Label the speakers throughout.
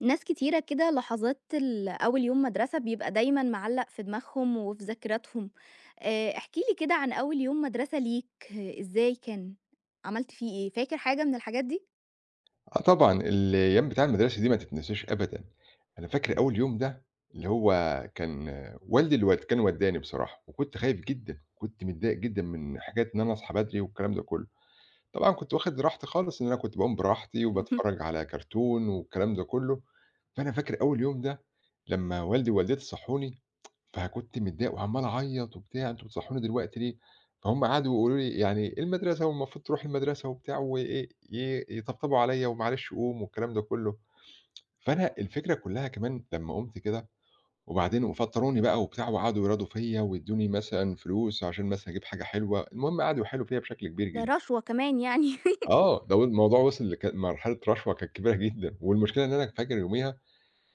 Speaker 1: ناس كتيرة كده لحظات أول يوم مدرسة بيبقى دايمًا معلّق في دماغهم وفي ذاكرتهم. احكِ لي كده عن أول يوم مدرسة ليك، آه، إزاي كان؟ عملت فيه إيه؟ فاكر حاجة من الحاجات دي؟
Speaker 2: آه طبعًا، الأيام بتاع المدرسة دي ما تتنساش أبدًا، أنا فاكر أول يوم ده اللي هو كان والدي اللي كان ودّاني بصراحة، وكنت خايف جدًا، كنت متضايق جدًا من حكاية إن أنا أصحى بدري والكلام ده كلّه، طبعًا كنت واخد راحتي خالص إن أنا كنت باقوم براحتي وباتفرّج على كرتون والكلام ده كلّه. فأنا فاكر أول يوم ده لمّا والدي ووالدتي صحّوني فكنت متضايق وعمّال أعيّط وبتاع، أنتم بتصحّوني دلوقتي ليه؟ فهُم قعدوا يقولوا لي يعني المدرسة والمفروض تروح المدرسة وبتاع وإيه، يطبطبوا عليّا ومعلش قوم والكلام ده كُلّه، فأنا الفكرة كُلّها كمان لمّا قُمت كده وبعدين فطّروني بقى وبتاع وقعدوا يرادوا فيّا وادّوني مثلًا فلوس عشان مثلًا أجيب حاجة حلوة، المهم قعدوا يحايلوا فيّا بشكل كبير
Speaker 1: ده
Speaker 2: جدًا.
Speaker 1: رشوة كمان يعني.
Speaker 2: آه، ده الموضوع وصل لك مرحلة رشوة كانت كبيرة جدًا والمشكلة إن أنا فاكر يوميها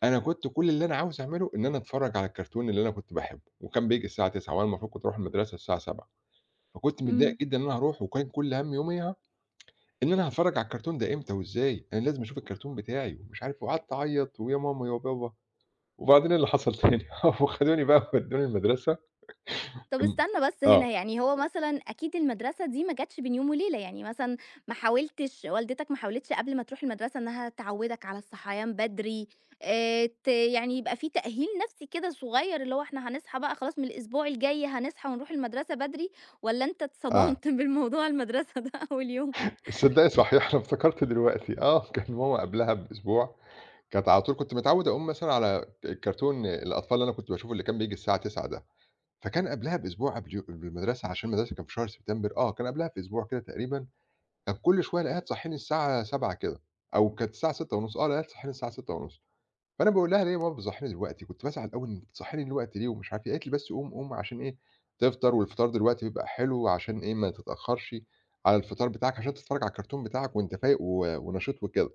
Speaker 2: أنا كنت كل اللي أنا عاوز أعمله إن أنا أتفرّج على الكرتون اللي أنا كنت باحبه، وكان بييجي الساعة 21:00 وأنا المفروض كنت أروح المدرسة الساعة 07:00. فكنت متضايق
Speaker 1: إمم.
Speaker 2: جدًا إن أنا هاروح وكان كل هَمّي يوميها إن أنا هاتفرّج على الكرتون ده إمتى وإزاي، أنا لازم أشوف الكرتون بتاعي ومش عارف وقعدت أعيّط ويا ماما يا بابا، وبعدين إيه اللي حصل تاني قاموا خدوني بقى ودّوني المدرسة.
Speaker 1: طب
Speaker 2: امم،
Speaker 1: استنى بس
Speaker 2: آه.
Speaker 1: هنا، يعني هو مثلًا أكيد المدرسة دي ما جاتش بين يوم وليلة، يعني مثلًا ما حاولتش والدتك ما حاولتش قبل ما تروح المدرسة إنها تعوّدك على الصحيان بدري، ت يعني يبقى في تأهيل نفسي كده صغير، اللي هو إحنا هنصحى بقى خلاص من الأسبوع الجاي هنصحى ونروح المدرسة بدري، والّا أنت
Speaker 2: آه،
Speaker 1: اتصدمت بالموضوع المدرسة ده أول يوم؟
Speaker 2: تصدّقي صحيح أنا افتكرت دلوقتي كان ماما قبلها بأسبوع كانت على طول كنت متعوّد أقوم مثلًا على الكرتون الأطفال اللي أنا كنت باشوفه اللي كان بييجي الساعة 09:00 ده. فكان قبلها بأسبوع قبل يو بالمدرسة عشان المدرسة كان في شهر سبتمبر، كان قبلها بأسبوع كده تقريبًا، كانت كل شوية ألاقيها تصحّيني الساعة 07:00 كده أو كانت الساعة 06:30، ألاقيها تصحّيني الساعة 06:30. فأنا باقول لها: "ليه يا ماما بتصحّيني دلوقتي؟" كنت بازعل أوي إنِّك بتصحّيني دلوقتي ليه ومش عارف إيه، قالت لي: "بس قوم، قوم عشان إيه، تفطر والفطار دلوقتي بيبقى حلو عشان إيه، ما تتأخّرش على الفطار بتاعك عشان تتفرّج على الكرتون بتاعك وأنت فايق ونشيط وكده."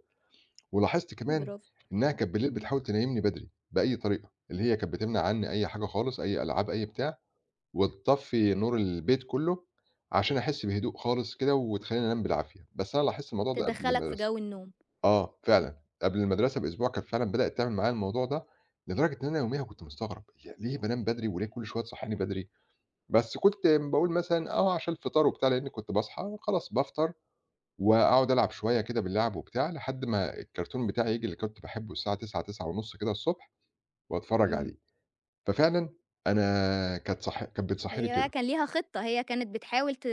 Speaker 2: ولاحظت كمان
Speaker 1: برافو.
Speaker 2: إنّها كانت بالليل
Speaker 1: إمم.
Speaker 2: بتحاول تنيّمني بدري بأي طريقة، اللي هي كانت بتمنع عنّي أي حاجة خالص، أي ألعاب، أي بتاع. وتطفّي نور البيت كلّه، عشان أحس بهدوء خالص كده وتخلّيني أنام بالعافية، بس أنا لاحظت الموضوع ده قبل
Speaker 1: تدخّلك في
Speaker 2: المدرسة.
Speaker 1: جو النوم.
Speaker 2: آه، فعلًا، قبل المدرسة بأسبوع كانت فعلًا بدأت تعمل معايا الموضوع ده، لدرجة إن أنا يوميها كنت مستغرب، هي ليه بانام بدري وليه كل شوية تصحّيني بدري؟ بس كنت باقول مثلًا عشان الفطار وبتاع، لإني كنت باصحى خلاص بافطر وأقعد ألعب شوية كده باللعب وبتاع، لحد ما الكرتون بتاعي ييجي اللي كنت باحبه الساعة 09:00، 09:30 كده الصبح وأتفرّج
Speaker 1: إمم.
Speaker 2: عليه. ففعلًا أنا كانت صح كانت بتصحّيني
Speaker 1: هي بقى
Speaker 2: كده.
Speaker 1: كان ليها خطة، هي كانت بتحاول ت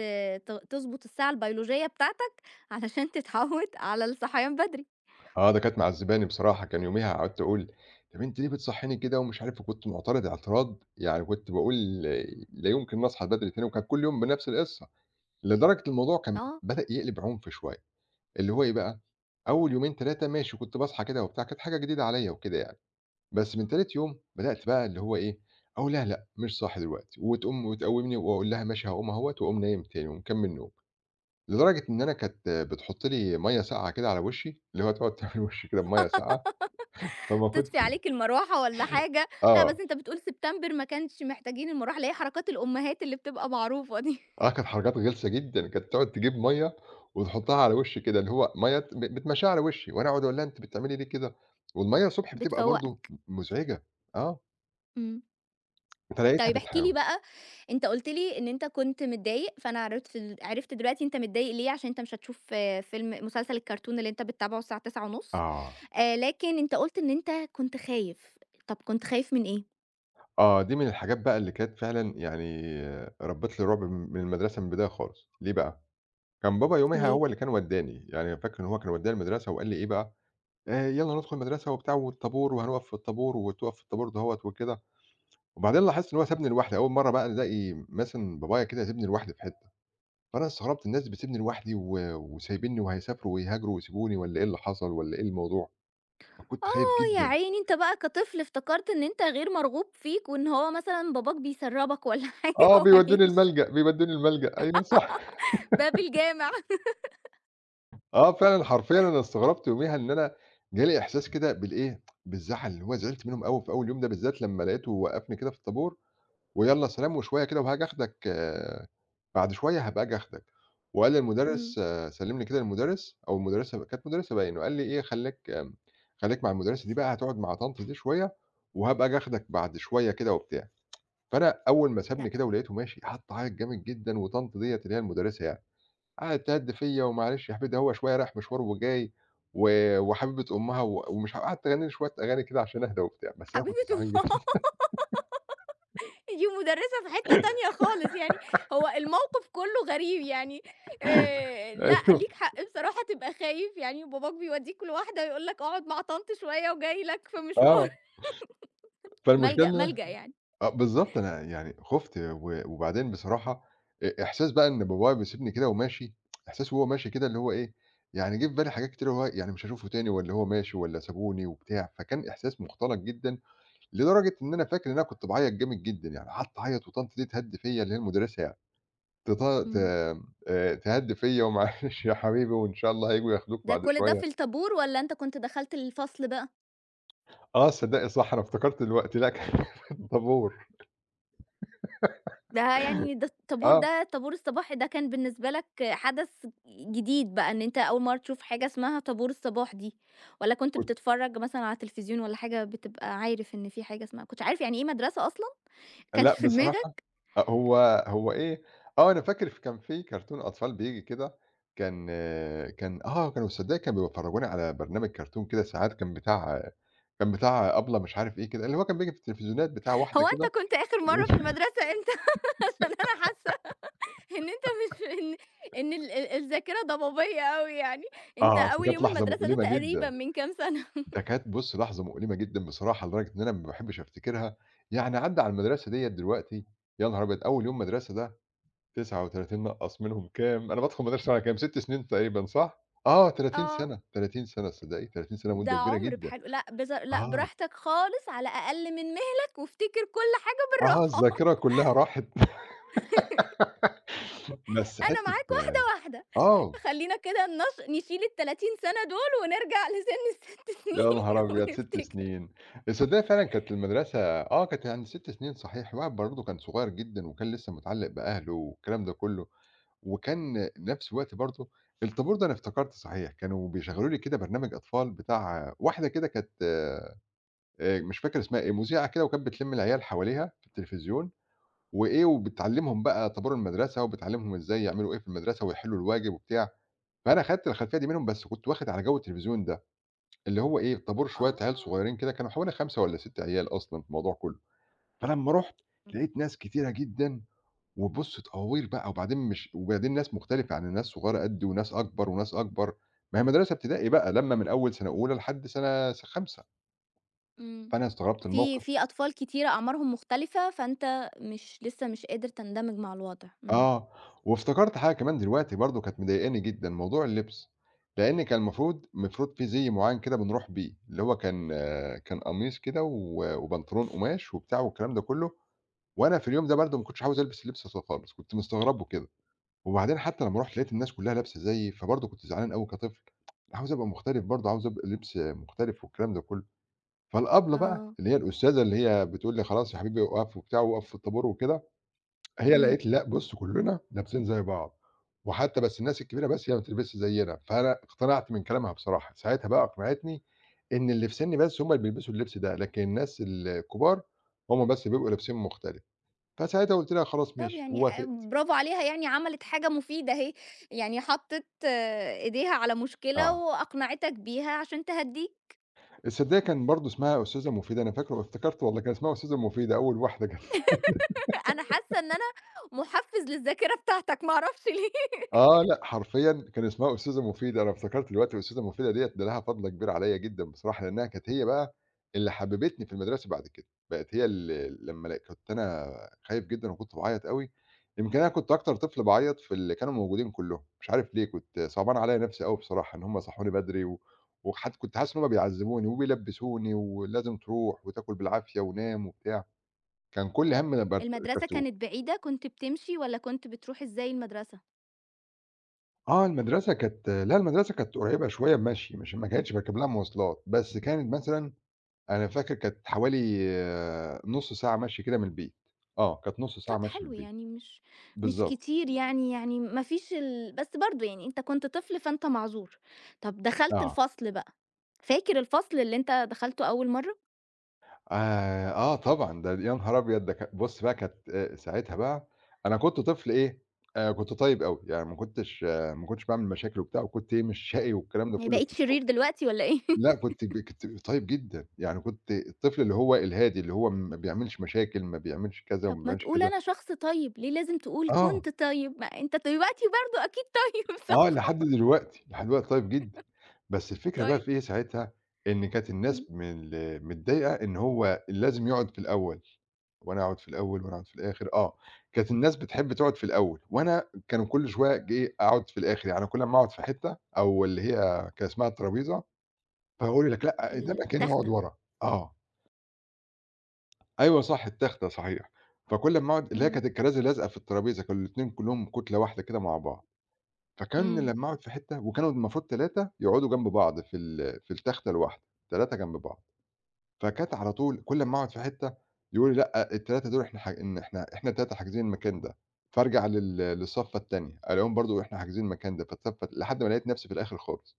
Speaker 1: ت تضبط الساعة البيولوجية بتاعتك علشان تتعوّد على الصحيان بدري.
Speaker 2: آه، ده كانت معذّباني بصراحة، كان يوميها قعدت أقول: "طَب أنتِ ليه بتصحّيني كده؟" ومش عارف وكنت معترض اعتراض يعني كنت باقول لا يمكن نصحى بدري تاني وكان كل يوم بنفس القصة، لدرجة الموضوع كان
Speaker 1: آه.
Speaker 2: بدأ يقلب عنف شوية، اللي هو إيه بقى، أول يومين 3 ماشي كنت باصحى كده وبتاع، كانت حاجة جديدة عليّا وكده يعني، بس من تالت يوم بدأت بقى اللي هو إيه، أقول لها لأ، مش صاحي دلوقتي وتقوم وتقوّمني وأقول لها ماشي هاقوم أهوّة وأقوم نايم تاني ومكمّل نوم، لدرجة إن أنا كانت بتحُط لي مَيّة ساقعة كده على وشّي، اللي هو تقعد تعمل وشّي كده بمَيّة ساقعة فما كنتش.
Speaker 1: تطفي عليك المروحة والّا حاجة، لأ بس
Speaker 2: آه،
Speaker 1: أنت بتقول سبتمبر ما كانش محتاجين المروحة، اللي هي حركات الأمهات اللي بتبقى معروفة دي.
Speaker 2: كانت حركاتها غلسة جدًا، كانت تقعد تجيب مَيّة وتحطها على وشي كده، اللي هو مَيّة بتمشّيها على وشي، وأنا أقعد أقول لها أنتِ بتعملي ليه كده؟ والمَيّة الصبح بتبقى برضه
Speaker 1: بتفوّقك.
Speaker 2: مزعجة. آه،
Speaker 1: إمم.
Speaker 2: فلقيتها
Speaker 1: طيب احكِ لي
Speaker 2: بتحاول.
Speaker 1: بقى، أنت قُلت لي إن أنت كنت متضايق، فأنا عرفت دلوقتي أنت متضايق ليه، عشان أنت مش هتشوف آه، فيلم مسلسل الكرتون اللي أنت بتتابعه الساعة 21:30.
Speaker 2: آه.
Speaker 1: لكن أنت قُلت إن أنت كنت خايف، طب كنت خايف من إيه؟
Speaker 2: آه، دي من الحاجات بقى اللي كانت فعلًا يعني ربِّت لي رعب من المدرسة من البداية خالص، ليه بقى؟ كان بابا يوميها
Speaker 1: ليه؟
Speaker 2: هو اللي كان ودّاني، يعني فاكر إن هو كان ودّاني المدرسة وقال لي إيه بقى، "يالّا ندخل المدرسة وبتاع والطابور وهنُقف في الطابور وتُقف في الطابور دَهّة وكده." وبعدين لاحظت إن هو سابني لوحدي، أول مرّة بقى ألاقي مثلًا بابايا كده يسيبني لوحدي في حتّة، فأنا استغربت الناس بتسيبني لوحدي وسايبينّي وهيسافروا ويهاجروا ويسيبوني والّا إيه اللي حصل والّا إيه الموضوع؟ فكنت خايف
Speaker 1: آه، يا
Speaker 2: جدًا.
Speaker 1: عيني أنت بقى كطفل افتكرت إن أنت غير مرغوب فيك، وإن هو مثلًا باباك بيسرّبك والّا حاجة
Speaker 2: آه، بيودّوني
Speaker 1: وهيمشي.
Speaker 2: الملجأ، بيودّوني الملجأ أيوه صح.
Speaker 1: باب الجامع.
Speaker 2: آه، فعلًا حرفيًا أنا استغربت يوميها إن أنا جالي إحساس كده بالإيه، بالزعل، اللي هو زعلت منهم أوي في أول يوم ده بالذات لمّا لقيته وقّفني كده في الطابور ويالّا سلام وشوية كده وهاجي آخدك بعد شوية هابقى آجي آخدك." وقال
Speaker 1: إمم.
Speaker 2: للمدرس سلِّمني كده للمدرس أو المدرسة كانت مدرسة باين، وقال لي إيه: "خلّيك خلّيك مع المدرسة دي بقى، هتقعد مع طنط دي شوية وهابقى آجي آخدك بعد شوية كده،" وبتاع. فأنا أول ما
Speaker 1: لأ.
Speaker 2: سابني كده ولقيته ماشي، قعدت أعيط جامد جدًا وطنط ديّة اللي هي المدرسة يعني، قعدت تهَدّ فيّا "ومعلش يا حبيبي ده هو شوية رايح مشوار وجاي و وحبيبة أمها ومش" ه" قعدت أغني لي شوية أغاني كده عشان أهدى وبتاع، بس أنا كنت
Speaker 1: حبيبة
Speaker 2: زعلان
Speaker 1: الله!
Speaker 2: جدًا.
Speaker 1: دي مُدرّسة في حتّة تانية خالص يعني. هو الموقف كلّه غريب يعني. لأ
Speaker 2: أيوه،
Speaker 1: ليك حق بصراحة تبقى خايف يعني، وباباك بيودّيك لواحدة يقول لك اقعد مع طنط شوية وجاي لك في مشوار.
Speaker 2: آه. فالمشكلة
Speaker 1: ملجأ،
Speaker 2: إن
Speaker 1: ملجأ يعني.
Speaker 2: آه، بالضبط أنا يعني خُفت وبعدين بصراحة إحساس بقى إن بابايا بيسيبني كده وماشي، إحساس وهو ماشي كده اللي هو إيه، يعني جِه في بالي حاجات كتيرة اللي هو يعني مش هاشوفه تاني والّا هو ماشي والّا سابوني وبتاع، فكان إحساس مُختلط جدًا، لدرجة إن أنا فاكر إن أنا كنت باعيّط جامد جدًا، يعني قعدت أعيّط وطنط دي تهدّي فيّا اللي هي المُدرسة يعني تط ت
Speaker 1: إمم.
Speaker 2: تهدّي فيّا ومعلش يا حبيبي وإن شاء الله هييجوا ياخدوك
Speaker 1: ده
Speaker 2: بعد
Speaker 1: كل ده
Speaker 2: شوية.
Speaker 1: في الطابور والّا أنت كنت دخلت الفصل بقى؟
Speaker 2: آه، تصدّقي صح أنا افتكرت دلوقتي لأ كان في الطابور.
Speaker 1: ده يعني ده الطابور
Speaker 2: آه،
Speaker 1: ده الطابور الصباحي ده كان بالنسبة لك حدث جديد بقى إن أنت أول مرّة تشوف حاجة اسمها طابور الصباح دي، والّا كنت
Speaker 2: كنت
Speaker 1: بتتفرّج مثلًا على التلفزيون والّا حاجة بتبقى عارف إن في حاجة اسمها، كنت عارف يعني إيه مدرسة أصلًا؟ ما كانش
Speaker 2: لأ
Speaker 1: في
Speaker 2: بصراحة
Speaker 1: دماغك؟
Speaker 2: أ هو هو إيه، أنا فاكر كان في كرتون أطفال بييجي كده، كان كان كانوا تصدّقي كانوا بيفرّجونا على برنامج كرتون كده ساعات كان بتاع كان بتاع أبلة مش عارف إيه كده، اللي هو كان بييجي في التلفزيونات بتاع واحدة
Speaker 1: هو
Speaker 2: كده.
Speaker 1: أنت كنت آخر مرّة في المدرسة إمتى؟ عشان أنا حاسة إن أنت مش إن إن ال ال الذاكرة ضبابية أوي يعني، أنت
Speaker 2: آه، أصل
Speaker 1: أول
Speaker 2: كانت
Speaker 1: يوم
Speaker 2: لحظة
Speaker 1: المدرسة ده
Speaker 2: مؤلمة
Speaker 1: تقريبًا
Speaker 2: جدًا،
Speaker 1: من كام سنة؟
Speaker 2: ده كانت بُصّي لحظة مؤلمة جدًا بصراحة لدرجة إن أنا ما باحبش أفتكرها، يعني عدّى على المدرسة ديّة دلوقتي، يا نهار أبيض! أول يوم مدرسة ده 39 نقّص منهم كام؟ أنا بادخل مدرسة وأنا كام، 6 سنين تقريبًا صح؟ آه 30
Speaker 1: آه.
Speaker 2: سَنة، 30 سَنة تصدّقي؟ 30 سَنة
Speaker 1: ده
Speaker 2: مدة كبيرة
Speaker 1: عُمر
Speaker 2: جدًا.
Speaker 1: بحاله، لأ
Speaker 2: آه،
Speaker 1: براحتك خالص على أقل من مهلك، وافتكر كل حاجة
Speaker 2: آه
Speaker 1: بالراحة.
Speaker 2: الذاكرة كلّها راحت. بس
Speaker 1: أنا معاك
Speaker 2: حتّة
Speaker 1: واحدة، واحدة.
Speaker 2: آه،
Speaker 1: خلّينا كده نشيل ال30 سَنة دول ونرجع لسِن ال6
Speaker 2: يا نهار
Speaker 1: سنين
Speaker 2: أبيض 6
Speaker 1: ونفتكر.
Speaker 2: سنين! تصدّقي فعلًا كانت المدرسة آه كانت يعني 6 سنين صحيح، الواحد برضه كان صغير جدًا وكان لسه متعلّق بأهله والكلام ده كلّه، وكان نفس الوقت برضه الطابور ده أنا افتكرت صحيح، كانوا بيشغّلوا لي كده برنامج أطفال بتاع واحدة كده كانت مش فاكر اسمها إيه، مذيعة كده وكانت بتلِم العيال حواليها في التلفزيون، وإيه وبتعلّمهم بقى طابور المدرسة، وبتعلّمهم إزاي يعملوا إيه في المدرسة ويحلّوا الواجب وبتاع، فأنا خدت الخلفية دي منهم بس كنت واخد على جو التلفزيون ده، اللي هو إيه، طابور
Speaker 1: آه.
Speaker 2: شوية عيال صغيّرين كده كانوا حوالي 5 والّا 6 عيال أصلًا في الموضوع كلّه، فلمّا رُحت
Speaker 1: إمم.
Speaker 2: لقيت ناس كتيرة جدًا، وبُص تقاوير بقى وبعدين مش وبعدين ناس مختلفة يعني ناس صغيّرة قدّي وناس أكبر وناس أكبر، ما هي مدرسة ابتدائي بقى لمّة من أول سنة أولى لحد سنة خامسة،
Speaker 1: إمم.
Speaker 2: فأنا استغربت
Speaker 1: في
Speaker 2: الموقف.
Speaker 1: في أطفال كتيرة أعمارهم مختلفة، فأنت مش لسه مش قادر تندمج مع الوضع. إمم.
Speaker 2: آه، وافتكرت حاجة كمان دلوقتي برضه كانت مضايقاني جدًا، موضوع اللبس، لإن كان المفروض في زي معيّن كده بنروح بيه، اللي هو كان آه، كان قميص كده وبنطلون قماش وبتاع والكلام ده كلّه، وأنا في اليوم ده برضه ما كنتش عاوز ألبس اللبس ده خالص، كنت مستغربه كده، وبعدين حتى لمّا رُحت لقيت الناس كلّها لابسة زيي، فبرضه كنت زعلان أوي كطفل، عاوز أبقى مختلف برضه، عاوز أبقى لبس مختلف والكلام ده كلّه، فالأبلة بقى
Speaker 1: آه.
Speaker 2: اللي هي الأستاذة اللي هي بتقول لي: "خلاص يا حبيبي أُقف" وبتاع وأُقف في الطابور وكده، هي
Speaker 1: إمم.
Speaker 2: لقيت لأ بُص كلّنا لابسين زي بعض، وحتى بس الناس الكبيرة بس هي ما بتلبسش زيّنا، فأنا اقتنعت من كلامها بصراحة، ساعتها بقى أقنعتني إن اللي في سِنّي بس هم اللي بيلبسوا اللبس ده، لكن الناس الكبار هم بس بيبقوا لابسين مختلف، فساعتها قُلت لها خلاص
Speaker 1: طب
Speaker 2: ماشي
Speaker 1: يعني
Speaker 2: ووافقت.
Speaker 1: برافو عليها يعني عملت حاجة مفيدة أهي، يعني حطِّت آه، إيديها على مشكلة
Speaker 2: آه،
Speaker 1: وأقنعتك بيها عشان تهدّيك.
Speaker 2: الصدّاية كان برضه اسمها أستاذة مفيدة، أنا فاكره افتكرت والله كان اسمها أستاذة مفيدة أول واحدة
Speaker 1: أنا حاسة إن أنا مُحفّز للذاكرة بتاعتك ما أعرفش ليه.
Speaker 2: آه، لأ، حرفيًا كان اسمها أستاذة مفيدة، أنا افتكرت دلوقتي أستاذة مفيدة ديّة ده لها فضل كبير عليّا جدًا بصراحة، لإنها كانت هي بقى اللي حببتني في المدرسة بعد كده، بقت هي ال لمّا ل كنت أنا خايف جدًا وكنت باعيّط أوي، يمكن أنا كنت أكتر طفل باعيّط في اللي كانوا موجودين كلّهم، مش عارف ليه كنت صعبان عليّا نفسي أوي بصراحة إن هم صحّوني بدري و وحت كنت حاسس إن هم بيعذّبوني وبيلبّسوني ولازم تروح وتاكل بالعافية ونام وبتاع، كان كل هَمّي البرت
Speaker 1: المدرسة
Speaker 2: الكرتون.
Speaker 1: كانت بعيدة، كنت بتمشي والّا كنت بتروح إزاي المدرسة؟
Speaker 2: آه، المدرسة كانت لأ، المدرسة كانت قريبة شوية بمشي، مش ما كانتش باركب لها مواصلات، بس كانت مثلًا أنا فاكر كانت حوالي نُص ساعة مشي كده من البيت، آه، كانت نُص ساعة
Speaker 1: طب
Speaker 2: مشي من
Speaker 1: حلو
Speaker 2: البيت.
Speaker 1: يعني، مش مش
Speaker 2: بالضبط.
Speaker 1: كتير يعني، يعني ما فيش ال بس برضه يعني أنت كنت طفل فأنت معذور. طب دخلت
Speaker 2: آه،
Speaker 1: الفصل بقى، فاكر الفصل اللي أنت دخلته أول مرّة؟
Speaker 2: آه طبعًا، ده يا نهار أبيض! ده بُص بقى كانت ساعتها بقى أنا كنت طفل إيه، كنت طيب أوي، يعني ما كنتش باعمل مشاكل وبتاع، وكنت إيه، مش شقي والكلام ده
Speaker 1: يعني
Speaker 2: كله في
Speaker 1: بقيت شرير دلوقتي والّا إيه؟
Speaker 2: لأ، كنت كنت طيب جدًا، يعني كنت الطفل اللي هو الهادي، اللي هو ما بيعملش مشاكل، ما بيعملش كذا
Speaker 1: طب
Speaker 2: وما
Speaker 1: ما
Speaker 2: بيعملش
Speaker 1: تقول
Speaker 2: كذا.
Speaker 1: أنا شخص طيب، ليه لازم تقول
Speaker 2: آه،
Speaker 1: كنت طيب؟ ما أنت دلوقتي برضه أكيد طيب صح؟
Speaker 2: آه، لحد دلوقتي، لحد دلوقتي طيب جدًا. بس الفكرة بقى
Speaker 1: طيب.
Speaker 2: في إيه ساعتها، إن كانت
Speaker 1: إمم.
Speaker 2: الناس من متضايقة إن هو لازم يقعد في الأول، وأنا أقعد في الأول وأنا أقعد في الآخر، آه. كانت الناس بتحب تقعد في الأول، وأنا كانوا كل شوية آجي إيه، أقعد في الآخر، يعني كل أمّا أقعد في حتة أو اللي هي كان اسمها الترابيزة، فيقولوا لك: "لأ، ده مكاني اقعد
Speaker 1: التختة.
Speaker 2: ورا." آه. أيوه صح، التختة صحيح. فكل أمّا أقعد اللي هي
Speaker 1: إمم.
Speaker 2: كانت الكراسي لازقة في الترابيزة، كانوا الاتنين كلّهم كُتلة واحدة كده مع بعض. فكان
Speaker 1: إمم.
Speaker 2: لمّا أقعد في حتّة وكانوا المفروض 3 يقعدوا جنب بعض في التختة الواحدة، 3 جنب بعض. فكانت على طول كل أمّا أقعد في حتّة يقولوا لي: "لأ، ال3 دول إحنا ح إن إحنا إحنا ال3 حاجزين المكان ده." فارجع للصفّة التانية، ألاقيهم برضه إحنا حاجزين المكان ده، فاتصفّى لحد ما لقيت نَفْسي في الآخِر خالص،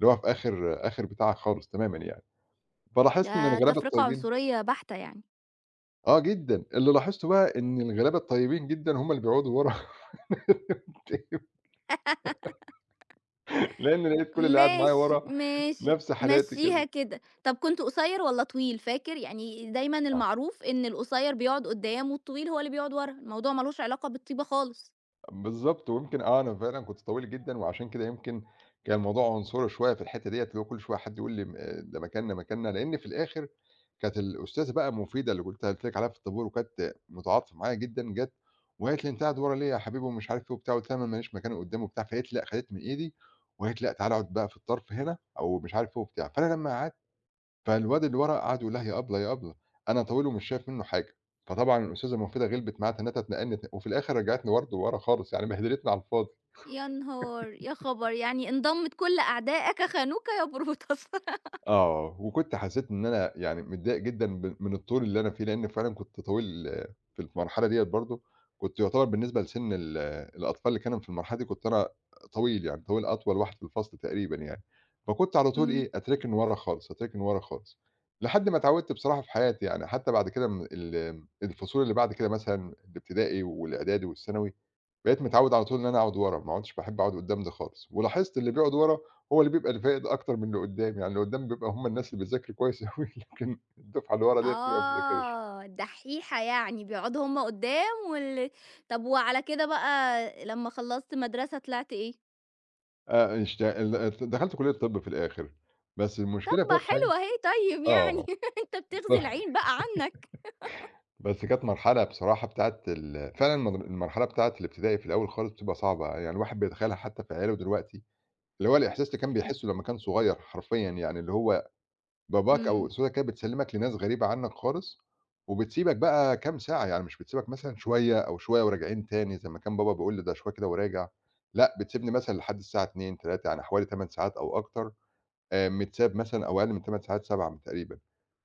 Speaker 2: اللي هو في آخِر آخِر بتاع خالص تمامًا يعني. فلاحظت إن
Speaker 1: ده
Speaker 2: الغلابة
Speaker 1: تفرقة
Speaker 2: الطيبين
Speaker 1: عنصرية بحتة يعني.
Speaker 2: جدًا، اللي لاحظته بقى إن الغلابة الطيبين جدًا هم اللي بيقعدوا ورا. لأن لقيت كل اللي قعد معايا
Speaker 1: ماشي،
Speaker 2: ورا
Speaker 1: ماشي،
Speaker 2: نفْس حالاتي كده.
Speaker 1: مشّيها كده. طب كنت قصير والّا طويل فاكر؟ يعني دايمًا المعروف إن القصير بيقعد قدّام والطويل هو اللي بيقعد ورا، الموضوع ما لوش علاقة بالطيبة خالص.
Speaker 2: بالضبط، ويمكن أنا فعلًا كنت طويل جدًا وعشان كده يمكن كان الموضوع عنصري شوية في الحتّة ديّة، اللي هو كل شوية حد يقول لي م ده مكاننا، مكاننا، لإن في الآخر كانت الأستاذة بقى المفيدة اللي قُلت لِك عليها في الطابور وكانت متعاطفة معايا جدًا، جات وقالت لي: "أنت قاعد ورا ليه يا حبيبي؟" ومش عارف إيه وبتاع، قُلت لها: "ما ليش مكان قدّام." وبتاع، فقالت لي: "لأ." خدِتني من إيدي وقالت: "لأ، تعالَ اقعد بقى في الطرف هنا." أو مش عارف إيه وبتاع، فأنا لمّا فالواد اللي ورا قعد يقول لها يا أبلة، يا أبلة، أنا طويل ومش شايف منّه حاجة، فطبعًا الأستاذة مُفيدة غِلبِت معاه تنّتها تنقّنت وفي الآخر رجعتني برضه ورا خالص، يعني بهدلتني على الفاضي.
Speaker 1: يا نهار! يا خبر! يعني انضمت كل أعدائك خانوك يبروتَص.
Speaker 2: آه، وكنت حسّيت إن أنا يعني متضايق جدًا من الطول اللي أنا فيه، لإن فعلًا كنت طويل في المرحلة ديّة برضه، كنت يُعتبر بالنسبة لسِن الأطفال اللي كانوا في المرحلة دي كنت أنا طويل يعني، أطول واحد في الفصل تقريبًا يعني، فكنت على طول
Speaker 1: إمم.
Speaker 2: إيه، أتركن ورا خالص، أتركن ورا خالص، لحد ما اتعوّدت بصراحة في حياتي يعني، حتى بعد كده م ال الفصول اللي بعد كده مثلًا الابتدائي والإعدادي والثانوي، بقيت متعوّد على طول إن أنا أقعد ورا، ما عُدتش باحب أقعد قدّام ده خالص، ولاحظت اللي بيقعد ورا هو اللي بيبقى الفائد أكتر من اللي قدّام، يعني اللي قدّام بيبقى هم الناس اللي بتذاكر كويس أوي، لكن الدفعة اللي ورا ديّة بتبقى ما بتذاكرش.
Speaker 1: آه، دحّيحة يعني، بيقعدوا هُم قدّام وال. طَب وعلى كده بقى لمّا خلّصت مدرسة طلعت إيه؟
Speaker 2: اشت ال دخلت كلية طِب في الآخر، بس
Speaker 1: طَب
Speaker 2: المشكلة
Speaker 1: ما
Speaker 2: بقى في حاجة
Speaker 1: حلوة أهي طيب يعني،
Speaker 2: آه،
Speaker 1: أنت بتغزي العين بقى عنّك.
Speaker 2: بس كانت مرحلة بصراحة بتاعة فعلًا المرحلة بتاعة الابتدائي في الأول خالص بتبقى صعبة، يعني الواحد بيتخيّلها حتى في عياله دلوقتي، اللي هو الإحساس اللي كان بيحسّه لمّا كان صغير حرفيًا، يعني اللي هو باباك أو
Speaker 1: إمم.
Speaker 2: أسرتك كده بتسلّمك لناس غريبة عنّك خالص، وبتسيبك بقى كام ساعة، يعني مش بتسيبك مثلًا شوية أو شوية وراجعين تاني زي ما كان بابا بيقول لي ده شوية كده وراجع، لأ بتسيبني مثلًا لحد الساعة 14:00، 15:00 يعني حوالي 8 ساعات أو أكتر، متساب مثلًا أو أقل من 8 ساعات 7 تقريبًا،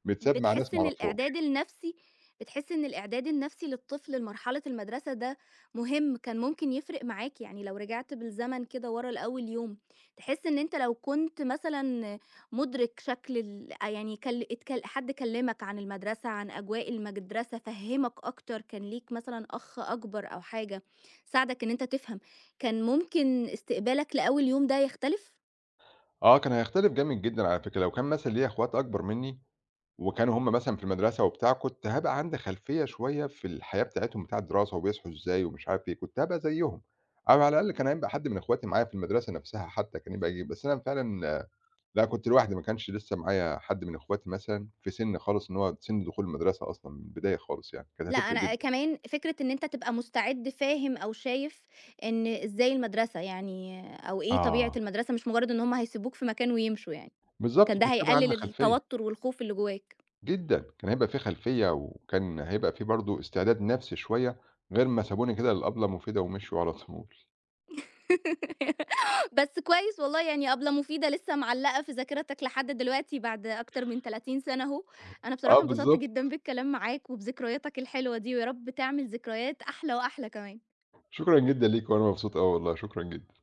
Speaker 2: متساب مع ناس
Speaker 1: بتحس
Speaker 2: ما
Speaker 1: إن الإعداد
Speaker 2: أعرفهاش.
Speaker 1: النفسي بتحس إن الإعداد النفسي للطفل لمرحلة المدرسة ده مهم، كان ممكن يفرق معاك؟ يعني لو رجعت بالزمن كده ورا لأول يوم، تحس إن أنت لو كنت مثلًا مُدرك شكل ال آه، يعني كل اتكل حد كلّمك عن المدرسة، عن أجواء المدرسة، فهّمك أكتر، كان ليك مثلًا أخ أكبر أو حاجة ساعدك إن أنت تفهم، كان ممكن استقبالك لأول يوم ده يختلف؟
Speaker 2: آه كان هيختلف جامد جدًا على فكرة، لو كان مثلًا ليّا أخوات أكبر منّي وكانوا هم مثلًا في المدرسة وبتاع، كنت هابقى عندي خلفية شوية في الحياة بتاعتهم بتاع الدراسة وبيصحوا إزاي ومش عارف إيه، كنت هابقى زيّهم، أو على الأقل كان هيبقى حد من إخواتي معايا في المدرسة نفسها حتى كان يبقى ييجي، بس أنا فعلًا آه، لأ، كنت لوحدي ما كانش لسه معايا حد من إخواتي مثلًا في سِن خالص إن هو سِن دخول المدرسة أصلًا من البداية خالص يعني، كانت
Speaker 1: لأ،
Speaker 2: هتفرق
Speaker 1: أنا
Speaker 2: جدًا.
Speaker 1: كمان فكرة إن أنت تبقى مستعد فاهم أو شايف إن إزاي المدرسة يعني، أو إيه طبيعة
Speaker 2: آه،
Speaker 1: المدرسة، مش مجرد إن هُم هيسيبوك في مكان ويمشوا يعني،
Speaker 2: بالضبط،
Speaker 1: كان ده
Speaker 2: كنت هيبقى عندنا
Speaker 1: هيقلل
Speaker 2: خلفية،
Speaker 1: التوتر والخوف اللي جواك.
Speaker 2: جدًا، كان هيبقى في خلفية وكان هيبقى في برضه استعداد نفسي شوية غير ما سابوني كده للأبلة مفيدة ومشيوا على طول.
Speaker 1: بس كويس والله يعني قبلة مفيدة لسه معلقة في ذاكرتك لحد دلوقتي بعد أكتر من 30 سنة أهو، أنا
Speaker 2: آه
Speaker 1: بصراحة انبسطت
Speaker 2: بالضبط.
Speaker 1: جدًا بالكلام معاك وبذكرياتك الحلوة دي، ويا رب تعمل ذكريات أحلى وأحلى كمان.
Speaker 2: شكرًا جدًا ليكِ، وأنا مبسوط أوي والله، شكرًا جدًا.